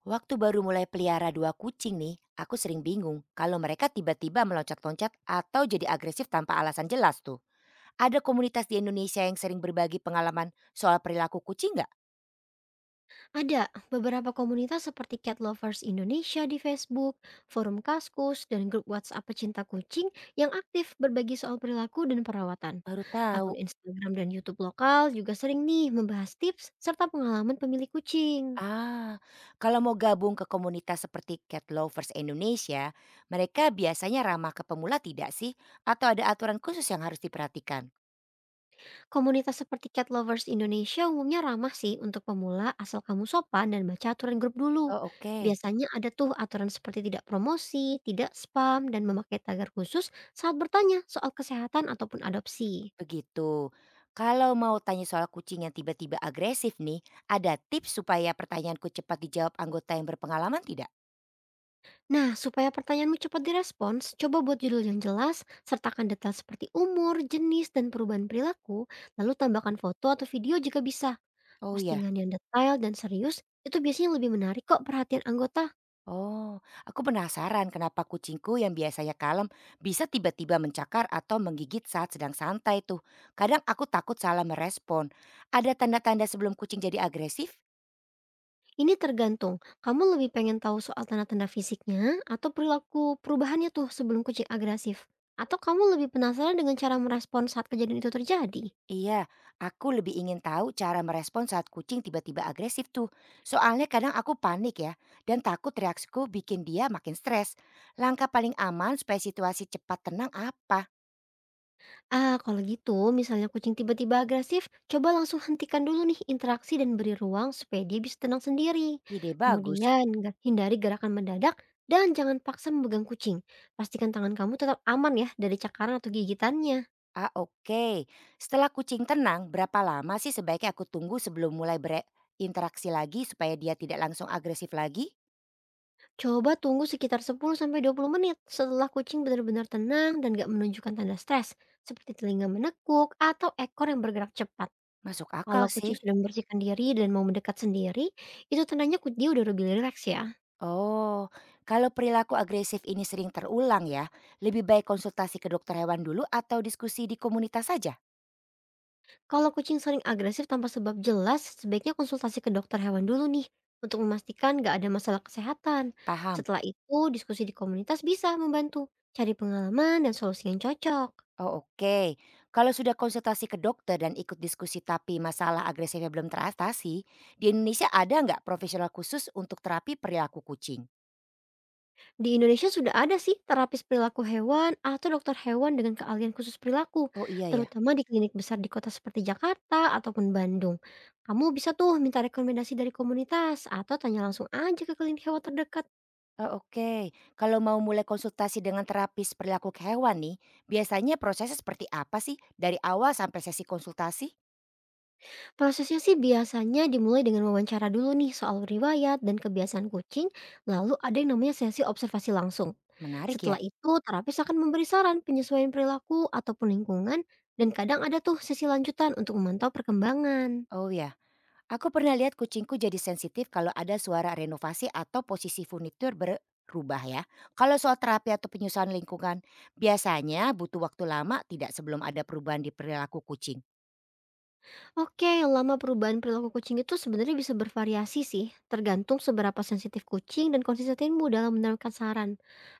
Waktu baru mulai pelihara dua kucing nih, aku sering bingung kalau mereka tiba-tiba meloncat-loncat atau jadi agresif tanpa alasan jelas tuh. Ada komunitas di Indonesia yang sering berbagi pengalaman soal perilaku kucing nggak? Ada beberapa komunitas seperti Cat Lovers Indonesia di Facebook, Forum Kaskus, dan grup WhatsApp pecinta kucing yang aktif berbagi soal perilaku dan perawatan. Baru Akun tahu. Instagram dan YouTube lokal juga sering nih membahas tips serta pengalaman pemilik kucing. Ah, kalau mau gabung ke komunitas seperti Cat Lovers Indonesia, mereka biasanya ramah ke pemula tidak sih? Atau ada aturan khusus yang harus diperhatikan? Komunitas seperti Cat Lovers Indonesia umumnya ramah sih untuk pemula asal kamu sopan dan baca aturan grup dulu. Oh, oke. Biasanya ada tuh aturan seperti tidak promosi, tidak spam, dan memakai tagar khusus saat bertanya soal kesehatan ataupun adopsi. Begitu. Kalau mau tanya soal kucing yang tiba-tiba agresif nih, ada tips supaya pertanyaanku cepat dijawab anggota yang berpengalaman tidak? Nah, supaya pertanyaanmu cepat direspons, coba buat judul yang jelas, sertakan detail seperti umur, jenis, dan perubahan perilaku, lalu tambahkan foto atau video jika bisa. Oh iya. Postingan yang detail dan serius itu biasanya lebih menarik kok perhatian anggota. Oh, aku penasaran kenapa kucingku yang biasanya kalem bisa tiba-tiba mencakar atau menggigit saat sedang santai tuh. Kadang aku takut salah merespon. Ada tanda-tanda sebelum kucing jadi agresif? Ini tergantung, kamu lebih pengen tahu soal tanda-tanda fisiknya atau perilaku perubahannya tuh sebelum kucing agresif. Atau kamu lebih penasaran dengan cara merespons saat kejadian itu terjadi? Iya, aku lebih ingin tahu cara merespon saat kucing tiba-tiba agresif tuh. Soalnya kadang aku panik ya, dan takut reaksiku bikin dia makin stres. Langkah paling aman supaya situasi cepat tenang apa? Ah, kalau gitu, misalnya kucing tiba-tiba agresif, coba langsung hentikan dulu nih interaksi dan beri ruang supaya dia bisa tenang sendiri. Ide bagus. Kemudian, hindari gerakan mendadak dan jangan paksa memegang kucing. Pastikan tangan kamu tetap aman ya dari cakaran atau gigitannya. Ah, oke, setelah kucing tenang, berapa lama sih sebaiknya aku tunggu sebelum mulai berinteraksi lagi supaya dia tidak langsung agresif lagi? Coba tunggu sekitar 10 sampai 20 menit setelah kucing benar-benar tenang dan gak menunjukkan tanda stres, seperti telinga menekuk atau ekor yang bergerak cepat. Masuk Kalau akal kucing sih. sudah membersihkan diri dan mau mendekat sendiri, itu tandanya dia udah lebih rileks ya. Oh, kalau perilaku agresif ini sering terulang ya, lebih baik konsultasi ke dokter hewan dulu atau diskusi di komunitas saja? Kalau kucing sering agresif tanpa sebab jelas, sebaiknya konsultasi ke dokter hewan dulu nih untuk memastikan nggak ada masalah kesehatan. Paham? Setelah itu, diskusi di komunitas bisa membantu cari pengalaman dan solusi yang cocok. Oh, oke, kalau sudah konsultasi ke dokter dan ikut diskusi tapi masalah agresifnya belum teratasi, di Indonesia ada nggak profesional khusus untuk terapi perilaku kucing? Di Indonesia sudah ada sih terapis perilaku hewan atau dokter hewan dengan keahlian khusus perilaku, Oh iya ya. terutama di klinik besar di kota seperti Jakarta ataupun Bandung. Kamu bisa tuh minta rekomendasi dari komunitas atau tanya langsung aja ke klinik hewan terdekat. Oh, oke, kalau mau mulai konsultasi dengan terapis perilaku hewan nih, biasanya prosesnya seperti apa sih dari awal sampai sesi konsultasi? Prosesnya sih biasanya dimulai dengan wawancara dulu nih soal riwayat dan kebiasaan kucing, lalu ada yang namanya sesi observasi langsung. Menarik ya. Setelah itu, terapis akan memberi saran penyesuaian perilaku ataupun lingkungan, dan kadang ada tuh sesi lanjutan untuk memantau perkembangan. Oh ya. Aku pernah lihat kucingku jadi sensitif kalau ada suara renovasi atau posisi furnitur berubah ya. Kalau soal terapi atau penyusuan lingkungan, biasanya butuh waktu lama tidak sebelum ada perubahan di perilaku kucing. Oke, lama perubahan perilaku kucing itu sebenarnya bisa bervariasi sih, tergantung seberapa sensitif kucing dan konsistenmu dalam menerapkan saran.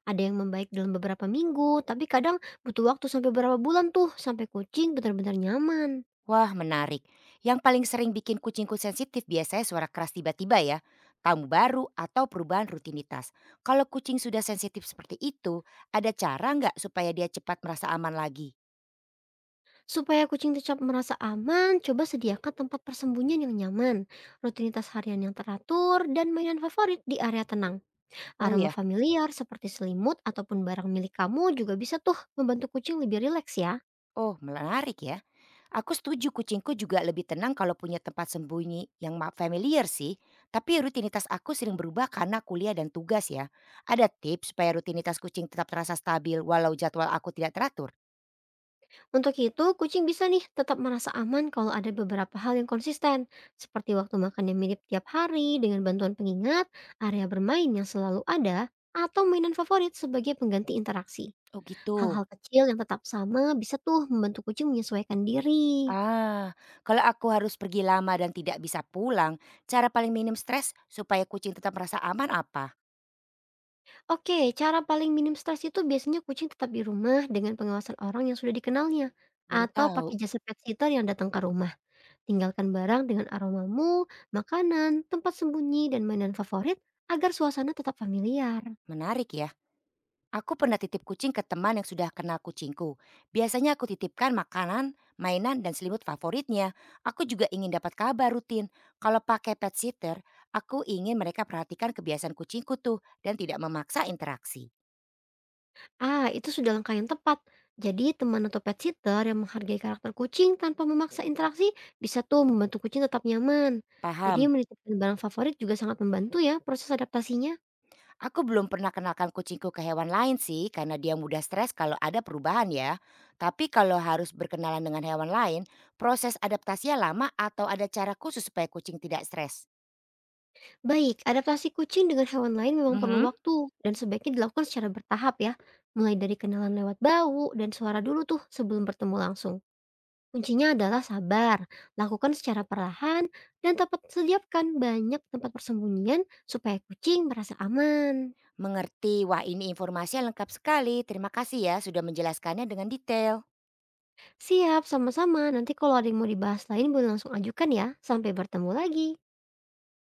Ada yang membaik dalam beberapa minggu, tapi kadang butuh waktu sampai beberapa bulan tuh sampai kucing benar-benar nyaman. Wah, menarik. Yang paling sering bikin kucingku sensitif biasanya suara keras tiba-tiba ya. Tamu baru atau perubahan rutinitas. Kalau kucing sudah sensitif seperti itu, ada cara nggak supaya dia cepat merasa aman lagi? Supaya kucing tetap merasa aman, coba sediakan tempat persembunyian yang nyaman, rutinitas harian yang teratur, dan mainan favorit di area tenang. Oh Aroma ya. familiar seperti selimut ataupun barang milik kamu juga bisa tuh membantu kucing lebih rileks ya. Oh, menarik ya. Aku setuju kucingku juga lebih tenang kalau punya tempat sembunyi yang familiar sih. Tapi rutinitas aku sering berubah karena kuliah dan tugas ya. Ada tips supaya rutinitas kucing tetap terasa stabil walau jadwal aku tidak teratur? Untuk itu, kucing bisa nih tetap merasa aman kalau ada beberapa hal yang konsisten, seperti waktu makan yang mirip tiap hari dengan bantuan pengingat, area bermain yang selalu ada, atau mainan favorit sebagai pengganti interaksi. Oh gitu. Hal-hal kecil yang tetap sama bisa tuh membantu kucing menyesuaikan diri. Ah, kalau aku harus pergi lama dan tidak bisa pulang, cara paling minim stres supaya kucing tetap merasa aman apa? Oke, cara paling minim stres itu biasanya kucing tetap di rumah dengan pengawasan orang yang sudah dikenalnya. Baru Atau pakai tahu. jasa pet sitter yang datang ke rumah. Tinggalkan barang dengan aromamu, makanan, tempat sembunyi, dan mainan favorit agar suasana tetap familiar. Menarik ya. Aku pernah titip kucing ke teman yang sudah kenal kucingku. Biasanya aku titipkan makanan, mainan, dan selimut favoritnya. Aku juga ingin dapat kabar rutin. Kalau pakai pet sitter, aku ingin mereka perhatikan kebiasaan kucingku tuh dan tidak memaksa interaksi. Ah, itu sudah langkah yang tepat. Jadi, teman atau pet sitter yang menghargai karakter kucing tanpa memaksa interaksi bisa tuh membantu kucing tetap nyaman. Jadi, Paham, menitipkan barang favorit juga sangat membantu ya proses adaptasinya. aku belum pernah kenalkan kucingku ke hewan lain sih karena dia mudah stres kalau ada perubahan ya. Tapi kalau harus berkenalan dengan hewan lain, proses adaptasinya lama atau ada cara khusus supaya kucing tidak stres? Baik, adaptasi kucing dengan hewan lain memang perlu Mhm. waktu dan sebaiknya dilakukan secara bertahap ya. Mulai dari kenalan lewat bau dan suara dulu tuh sebelum bertemu langsung. Kuncinya adalah sabar, lakukan secara perlahan, dan dapat sediakan banyak tempat persembunyian supaya kucing merasa aman. Mengerti. Wah, ini informasinya lengkap sekali. Terima kasih ya sudah menjelaskannya dengan detail. Siap, sama-sama. Nanti kalau ada yang mau dibahas lain boleh langsung ajukan ya. Sampai bertemu lagi.